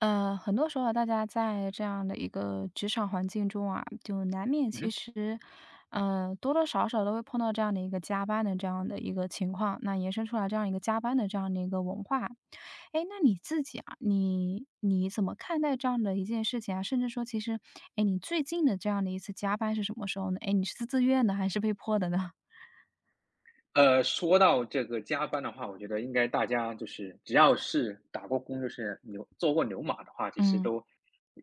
嗯，很多时候啊大家在这样的一个职场环境中啊，就难免嗯其哼。实，嗯，多多少少都会碰到这样的一个加班的这样的一个情况，那延伸出来这样一个加班的这样的一个文化。哎，那你自己啊，你怎么看待这样的一件事情啊？甚至说，其实，哎，你最近的这样的一次加班是什么时候呢？哎，你是自愿的还是被迫的呢？说到这个加班的话，我觉得应该大家就是只要是打过工，就是牛做过牛马的话，其实嗯，都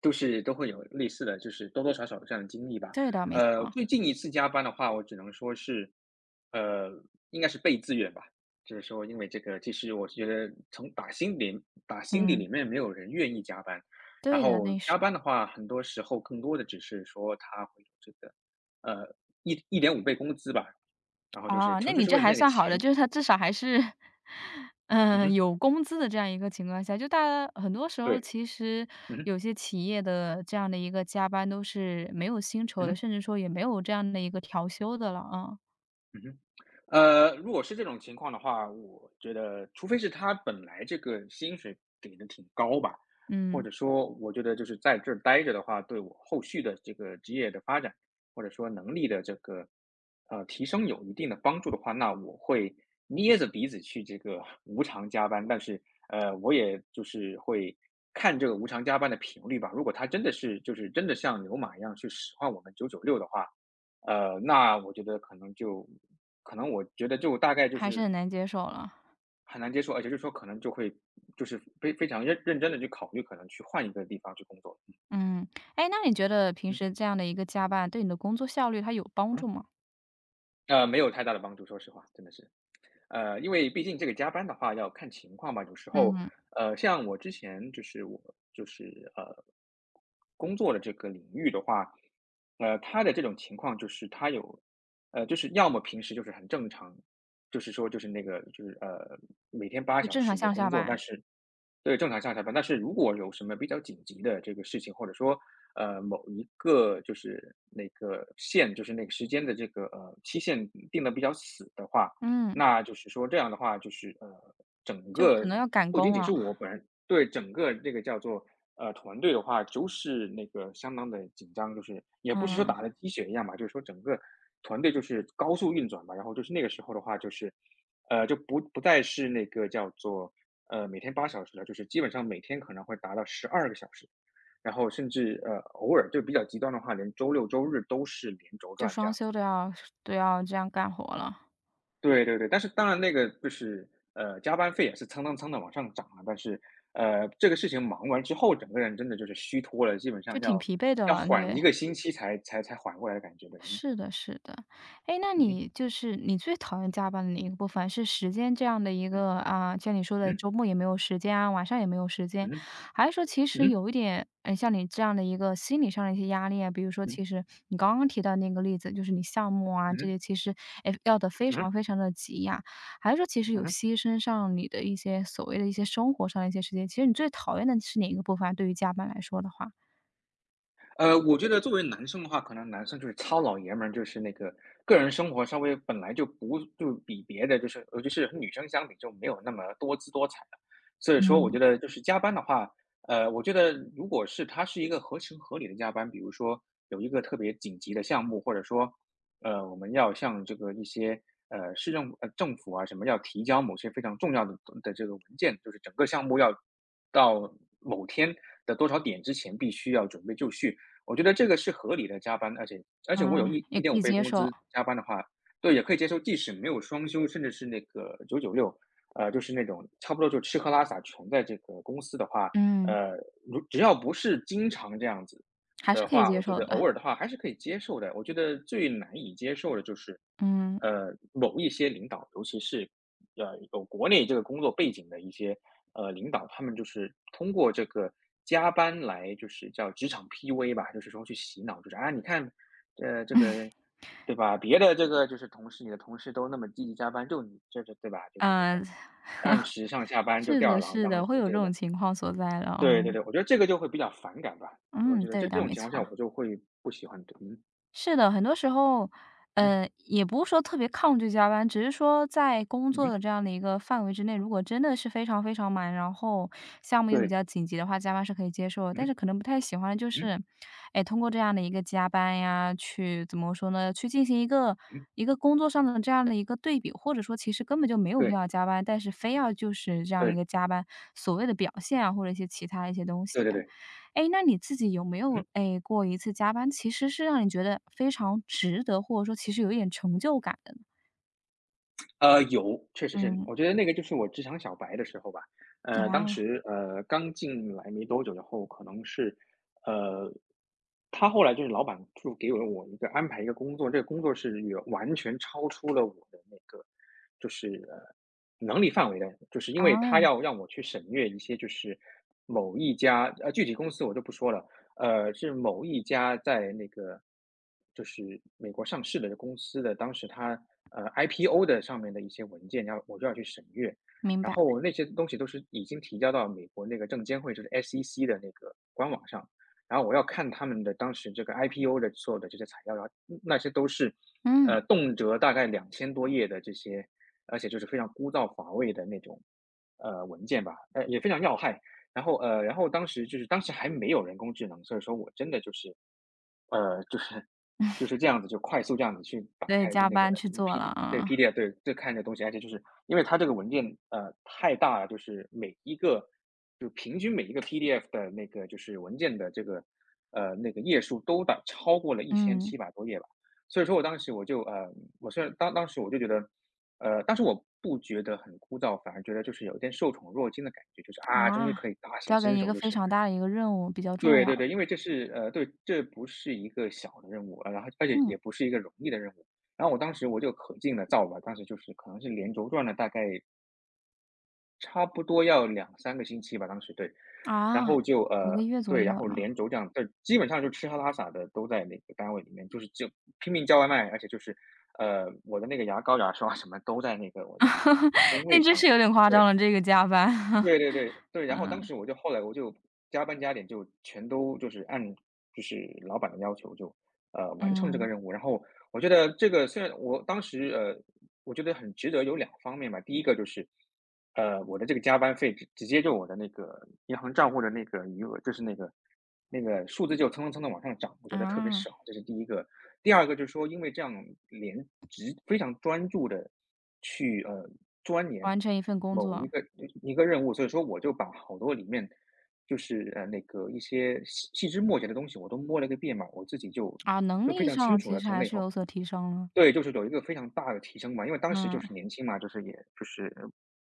都是都会有类似的，就是多多少少有这样的经历吧。对的，没错。最近一次加班的话，我只能说是，呃，应该是被自愿吧。就是说，因为这个，其实我觉得从打心底嗯，里面没有人愿意加班。然对的，后那是。加班的话，很多时候更多的只是说他会有这个，呃，一点五倍工资吧，然后就是哦，那纯粹你是这为了还那个算好的，钱。就是他至少还是，嗯嗯，哼，有工资的这样一个情况下，就大家很多时候对，其实嗯哼，有些企业的这样的一个加班都是没有薪酬嗯的，哼。甚至说也没有这样的一个调休的了啊。嗯哼。如果是这种情况的话，我觉得除非是他本来这个薪水给的挺高吧，或嗯，者说我觉得就是在这儿待着的话，对我后续的这个职业的发展，或者说能力的这个提升有一定的帮助的话，那我会捏着鼻子去这个无偿加班。但是我也就是会看这个无偿加班的频率吧。如果他真的是就是真的像牛马一样去使唤我们九九六的话，那我觉得可能我觉得就大概就还是是很难接受了。很难接受。而且就是说可能就会就是非常认真的去考虑，可能去换一个地方去工作。嗯，哎，那你觉得平嗯。时这样的一个加班对你的工作效率它有帮嗯。助吗？没有太大的帮助，说实话，真的是。因为毕竟这个加班的话要看情况吧。有时候，嗯，像我之前就是我就是呃工作的这个领域的话，他的这种情况就是他有，就是要么平时就是很正常，就是说就是那个每天八就小正常时的上下工作，但班。是对正常上下班。但是如果有什么比较紧急的这个事情，或者说某一个就是那个线就是那个时间的这个期限定的比较死的话。嗯，那就是说这样的话，就是整就可个能要赶不仅工仅了。是我本人对整个这个叫做团队的话，就是那个相当的紧张。就是也不是说嗯，打了鸡血一样吧，就是说整个团队就是高速运转吧。然后就是那个时候的话，就是就不再是那个叫做每天八小时了，就是基本上每天可能会达到12个小时。然后甚至偶尔就比较极端的话，连周六周日都是连轴就转这双样子。休都要都要这样干活了。对对对，但是当然那个就是，加班费也是蹭蹭蹭的往上涨啊。但是，这个事情忙完之后，整个人真的就是虚脱了，基本就上挺要疲惫的要了，缓对，一个星期才缓过来的感觉的。是的，是的。哎，那嗯。你就是你最讨厌加班的哪一个部分？是时间这样的一嗯个啊，像你说的嗯周末也没有时间啊，晚上也没有时间，嗯。还是说其实嗯有一点，嗯，像你这样的一个心理上的一些压力啊？比如说，其嗯实你刚刚提到那个例子，就是你项目啊这嗯些，其实诶要的非嗯嗯常嗯非常的急呀、还是说其实有嗯。牺牲上你的一些所谓的一些生活上的一些时间？其实你最讨厌的是哪一个部分啊对于加班来说的话，我觉得作为男生的话，可能男生就是糙老爷们儿，就是那个个人生活稍微本来就不就比别的就是尤其是和女生相比就没有那么多姿多彩了。所以说我觉得就是加班的话，我觉得如果是它是一个合情合理的加班。比如说有一个特别紧急的项目，或者说，我们要向这个一些，市政政府啊什么要提交某些非常重要的的这个文件，就是整个项目要到某天的多少点之前必须要准备就绪。我觉得这个是合理的加班，而且嗯，我有一也一可点五以倍接工受。资加班的话，对，也可以接受。即使没有双休，甚至是那个九九六，就是那种差不多就吃喝拉撒全在这个公司的话，嗯，呃，如只要不是经常这样子还是的可以话，接我觉受得的。偶尔的话还是可以接受的。我觉得最难以接受的就是，嗯，某一些领导，尤其是有国内这个工作背景的一些，领导，他们就是通过这个加班来就是叫职场 PUA 吧。就是说去洗脑，就是啊，你看，这个对吧？别的这个就是同事，你的同事都那么积极加班，就你这对吧？就是那个呃，按时上下班就是吊儿的郎是当的，的什会么有这之类种的。情况所在的。对对嗯，对，我觉得这个就会比较反感吧。我嗯，觉得这对这的，种没情况错。下，我就会不喜欢。嗯是的，很多时候，嗯也不是说特别抗拒加班，只是说在工嗯，作的这样的一个范围之内，如果真的是非常非常忙，然后项目又比对，较紧急的话，加班是可以接受的。但是嗯可能不太喜欢的就嗯是，哎，通过这样的一个加班呀，去怎么说呢，去进行一个嗯，一个工作上的这样的一个对比，或者说其实根本就没有必对要加班，但是非要就是这样一对个加班所谓的表现啊，或者一些其他的一些东西对对啊。对对，哎，那你自己有没嗯。有哎过一次加班，其实是让你觉得非常值得，或者说其实有一点成就感的呢？有，确实是，嗯，我觉得那个就是我职场小白的时候吧。当啊，时刚进来没多久，然后可能是呃，他后来就是老板就给了我一个安排一个工作。这个工作是远完全超出了我的那个就是呃能力范围的。就是因为啊，他要让我去省略一些就是某一家具体公司我就不说了，是某一家在那个就是美国上市的公司的。当时它IPO 的上面的一些文件，要我就要去审阅。明然白。后那些东西都是已经提交到美国那个证监会，就是 SEC 的那个官网上。然后我要看他们的当时这个 IPO 的所有的这些材料。然后那些都是嗯，动辄大概2000多页的这些，而且就是非常枯燥乏味的那种文件吧，也非常要害。然后然后当时就是当时还没有人工智能。所以说我真的就是就是就是这样子，就快速这样子去打对，开就加那个 班去做了 啊。PDF 对，就看这东西。而且就是因为它这个文件太大了，就是每一个就平均每一个 PDF 的那个就是文件的这个那个页数都超过了一千嗯，七百多页吧。所以说我当时我就我虽然当时我就觉得当时我不觉得很枯燥，反而觉得就是有一点受宠若惊的感觉。就是啊，终于哇，可以大显交给身你一手，个就非是常大的一个任务，比较重对要对的。对。因为这是对，这不是一个小的任务，然后而且嗯，也不是一个容易的任务。然后我当时我就可劲的造吧，当时就是可能是连轴转了大概差不多要两三个星期吧，当时，对。啊，然后就一个月左对，然右后了，连轴这样，对，基本上就吃喝拉撒的都在那个单位里面，就是就拼命叫外卖。而且就是，我的那个牙膏、牙刷什么都在那个我的 工那位真上，是有点夸张对。了，这个加班，对对对，对，然后当时我就后来我就加班加点，就全都就是按就是老板的要求就完成这个嗯，任务。然后我觉得这个虽然我当时我觉得很值得有两方面吧。第一个就是，我的这个加班费直接就我的那个银行账户的那个余额，就是那个那个数字就蹭蹭蹭的往上涨，我觉得特别啊，爽。这是第一个。第二个就是说因为这样连直非常专注的去，钻研完成一份工某一作个一个任务。所以说我就把好多里面就是，那个一些细枝末节的东西我都摸了个遍嘛。我自己就啊，能就非力常清上楚其了实从还那以是后。有所提升了。对，就是有一个非常大的提升嘛，因为当时就嗯，是年轻嘛，就是也就是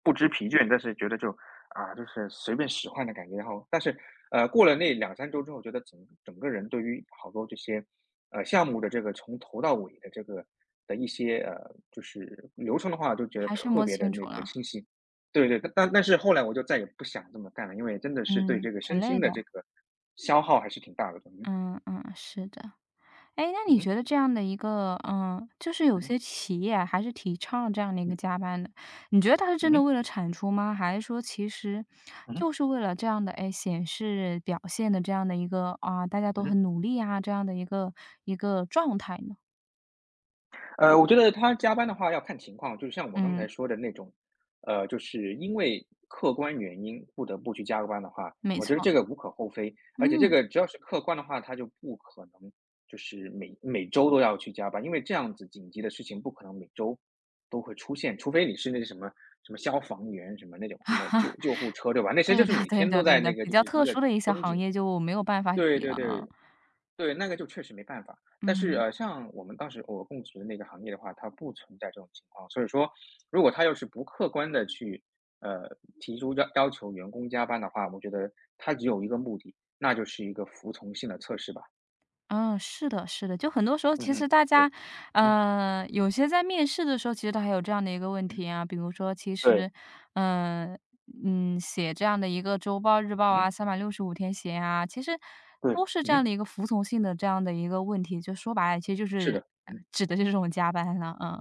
不知疲倦，但是觉得就啊，就是随便使唤的感觉。然后，但是过了那两三周之后，觉得整个人对于好多这些项目的这个从头到尾的这个的一些就是流程的话，就觉得还是特摸别的清那楚个了。清晰。对对，但是后来我就再也不想这么干了，因为真的是对嗯，这个挺身累心的。的这个消耗还是挺大的。嗯嗯，是的。哎，那你嗯觉得这样的一个嗯，就是有些嗯企业啊还是提倡这样的一个加班的，你嗯嗯嗯觉得他是真嗯的嗯。为了产出吗？还是说其实就嗯是为了这样的，哎，显示表现的这样的一个，啊，大家都嗯。很努力啊，这样的一个一个状态呢？我觉得他加班的话要看情况，就是像我刚才嗯，说的那种，就是因为客观原因不得不去加个班的话，没我错。觉得这个无可厚非。而且这嗯，个只要是客观的话，他就不可能就是每周都要去加班，因为这样子紧急的事情不可能每周都会出现，除非你是那个什么消防员什么那种什么救护车，对 吧？那些就对是的每对天都的在对的，那个比就较是一特个殊的一些绷行紧，业就没有办法对比了对对，啊。对，那个就确实没办法。但是，嗯。像我们当时我供职的那个行业的话，它不存在这种情况。所以说，如果他要是不客观的去，呃，提出要求员工加班的话，我觉得他只有一个目的，那就是一个服从性的测试吧。嗯，是的，是的，就很多时候嗯其实哼，大对，家，嗯，嗯，有些在面试的时候，其实他还有这样的一个问嗯，题啊，比如说，其对，实，嗯、嗯，写这样的一个周报、日报嗯，啊，365天写啊，其实对，都是这样嗯，的一个服从性的这样的一个问题，就说白了，其实就是是的，嗯，指的就是这种加班了。嗯。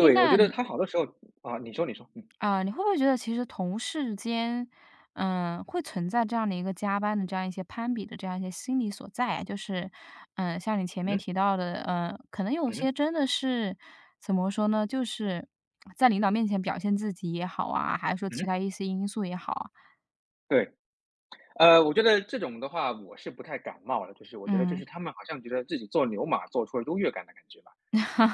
诶，我那觉得你他好多时候啊，你说你说，嗯，啊，你会不会觉得其实同事间，嗯，会存在这样的一个加班的这样一些攀比的这样一些心理所在啊？就是，嗯，像你前面嗯，提到的，嗯，可能有些嗯，真的是怎么说呢？就是在领导面前表现自己也好啊，还是说其嗯，他一些因素也好啊。对。我觉得这种的话，我是不太感冒的。就是我觉得就嗯，是他们好像觉得自己做牛马做出了优越感的感觉吧。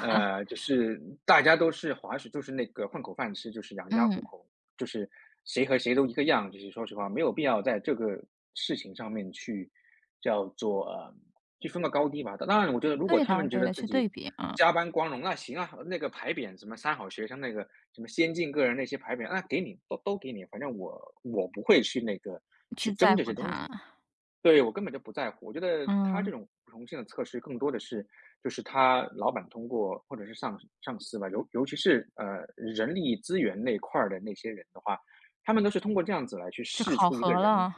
就是大家都是滑雪，就是那个混口饭吃，就是养家糊嗯，口，就是谁和谁都一个样。就是说实话，没有必要在这个事情上面去叫做去分个高低吧。当然，我觉得如果对他的们觉对得的，自去己对比，啊，加班光荣，那行啊，那个牌匾什么三好学生，那个什么先进个人那些牌匾，那给你都给你，反正我不会去那个去去在争这乎些东他。西。对，我根本就不在乎。我觉得他这嗯，种服从性的测试更多的是，就是他老板通过或者是上司吧，尤其是人力资源那块儿的那些人的话，他们都是通过这样子来去去试考出一个核人，了。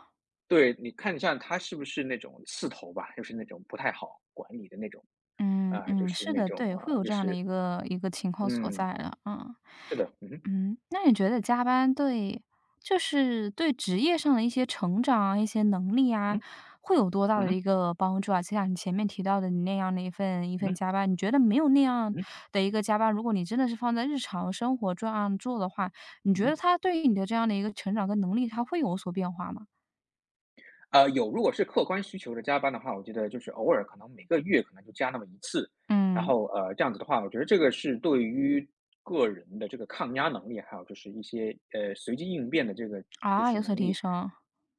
对你看一下他是不是那种刺头吧，就是那种不太好管理的那种。嗯啊、就嗯，是是那的，种对，会啊、有就这样的是一个一个情况所嗯，在的。嗯。是的。嗯哼嗯，那你觉得加班对就是对职业上的一些成长啊、一些能力啊，嗯哼会有多大嗯的哼一个帮助啊？就像你前面提到的你那样的一份一份嗯加班，你觉得没有那样哼的一个加班，如果你真的是放在日常生活这样做的话，你嗯觉得哼。它对于你的这样的一个成长跟能力，它会有所变化吗？啊有，如果是客观需求的加班的话，我觉得就是偶尔可能每个月可能就加那么一次，然嗯，后这样子的话，我觉得这个是对于个人的这个抗压能力，还有就是一些随机应变的这个就啊，是有所能提力，升。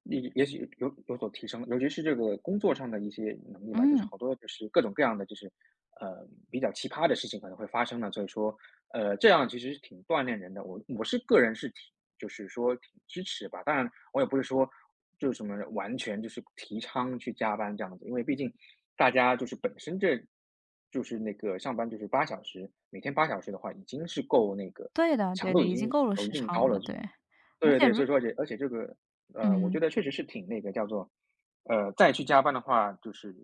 也许有所提升，尤其是这个工作上的一些能力吧，就是嗯，好多就是各种各样的就是比较奇葩的事情可能会发生呢，所以说这样其实是挺锻炼人的，我是个人是挺就是说挺支持吧，当然我也不是说就是什么完全就是提倡去加班这样子，因为毕竟大家就是本身这。就是那个上班就是八小时，每天八小时的话已经是够那个对的强对度的，已已经经够了有一时定长高了。了，对。而对且对，如所以说而且这个，我嗯。觉得确实是挺那个叫做，再去加班的话，就是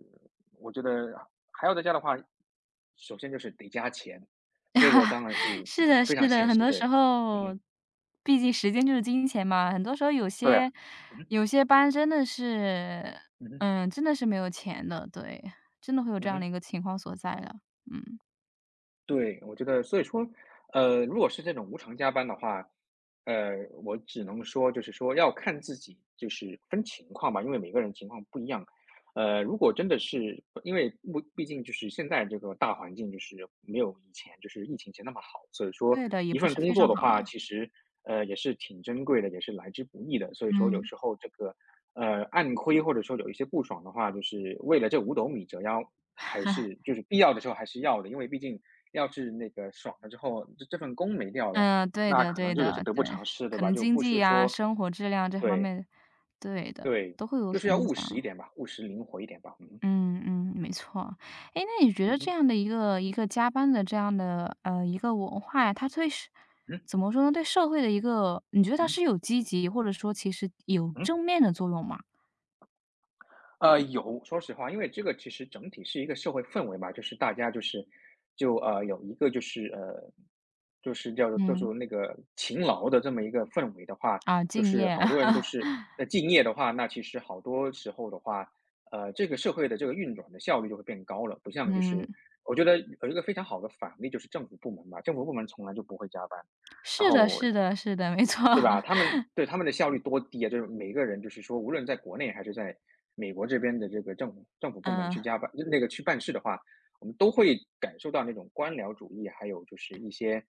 我觉得还要再加的话，首先就是得加钱，这个 当然是是的非是常的，现很实，多对，时嗯候，哼，毕竟时间就是金钱嘛，很多时候有对啊，些嗯哼，有些班真的是，嗯哼，嗯，真的是没有钱的，对，真的会有这嗯样的哼。一个情况所在了。嗯，对，我觉得所以说，如果是这种无偿加班的话，呃，我只能说就是说要看自己，就是分情况吧，因为每个人情况不一样。如果真的是因为目毕竟就是现在这个大环境就是没有以前就是疫情前那么好，所以说对的，也一不份是工非作常的好了。话，其实也是挺珍贵的，也是来之不易的。所以说有嗯，时候这个暗亏或者说有一些不爽的话，就是为了这五斗米折腰，还 是就是必要的时候还是要的，因为毕竟要是那个爽了之后，这份工没掉了，嗯，对那的可对能就有些的，得对，不偿失，对可吧？能就经不济是呀、说生活质量这方对面，对的，对，都会有就是所要影务实一响。点吧，务实灵活一点吧。嗯嗯嗯，没错。哎，那你觉得这样的一个一个加班的这样的，一个文化呀，它对是嗯哼。怎么说呢，对社会的一个你觉得它嗯是有积极或者说其实有嗯嗯。正面的作用吗？有，说实话，因为这个其实整体是一个社会氛围吧，就是大家就是有一个就是就是叫做就是嗯，那个勤劳的这么一个氛围的话，啊，就敬是业。好多人都 是敬业的话，那其实好多时候的话，这个社会的这个运转的效率就会变高了，不像就嗯，是我觉得有一个非常好的反例就是政府部门吧，政府部门从来就不会加班，然是的后是的是的，没错。对 吧？他们对，他们的效率多低啊！就是每个人，就是说，无论在国内还是在美国这边的这个政府部门嗯，去加班，那个去办事的话，我们都会感受到那种官僚主义，还有就是一些，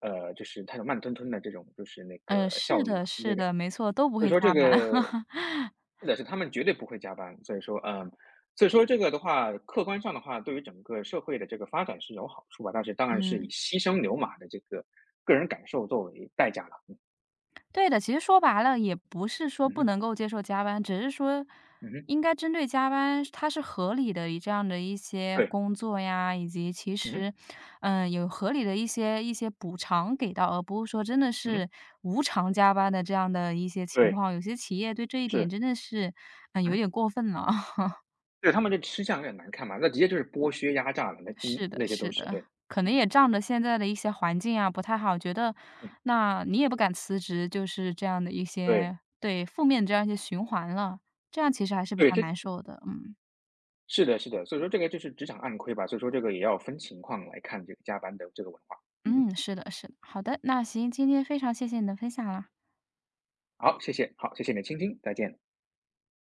就是它有慢吞吞的这种，就是那嗯，个效是率的吧。是那个的，没错，都不所以会说这加班。个，是的，是他们绝对不会加班。所以说，嗯，所以说这个的话，客观上的话，对于整个社会的这个发展是有好处吧，但是当然是以嗯。牺牲牛马的这个个人感受作为代价了。嗯对的，其实说白了也不是说嗯不哼，能够接受加班，只是说嗯哼。应该针对加班，它是合理的一这样的一些对，工作呀，以及其嗯哼实，嗯，有合理的一些一些补偿给到，而不是说真的嗯哼是无偿加班的这样的一些情对，况。有些企业对这一点是，真的是，嗯，有嗯，点过分了。对，他们这吃相有点难看嘛，那直接就是剥削压榨了，那嗯，是的，那些都是是，的，对，可能嗯也仗着现在的一些环境啊不太好，觉得嗯，那你也不敢辞职，就是这样的一对些对，负面这样一些循环了，这样其实还是比对，较难受的。嗯。是的，是的，所以说这个就是职场暗亏吧，所以说这个也要分情况来看这个加班的这个文化，嗯，嗯，是的，是的，好的，那行，今天非常谢谢你的分享啦。好，谢谢，好，谢谢你的倾听，再见。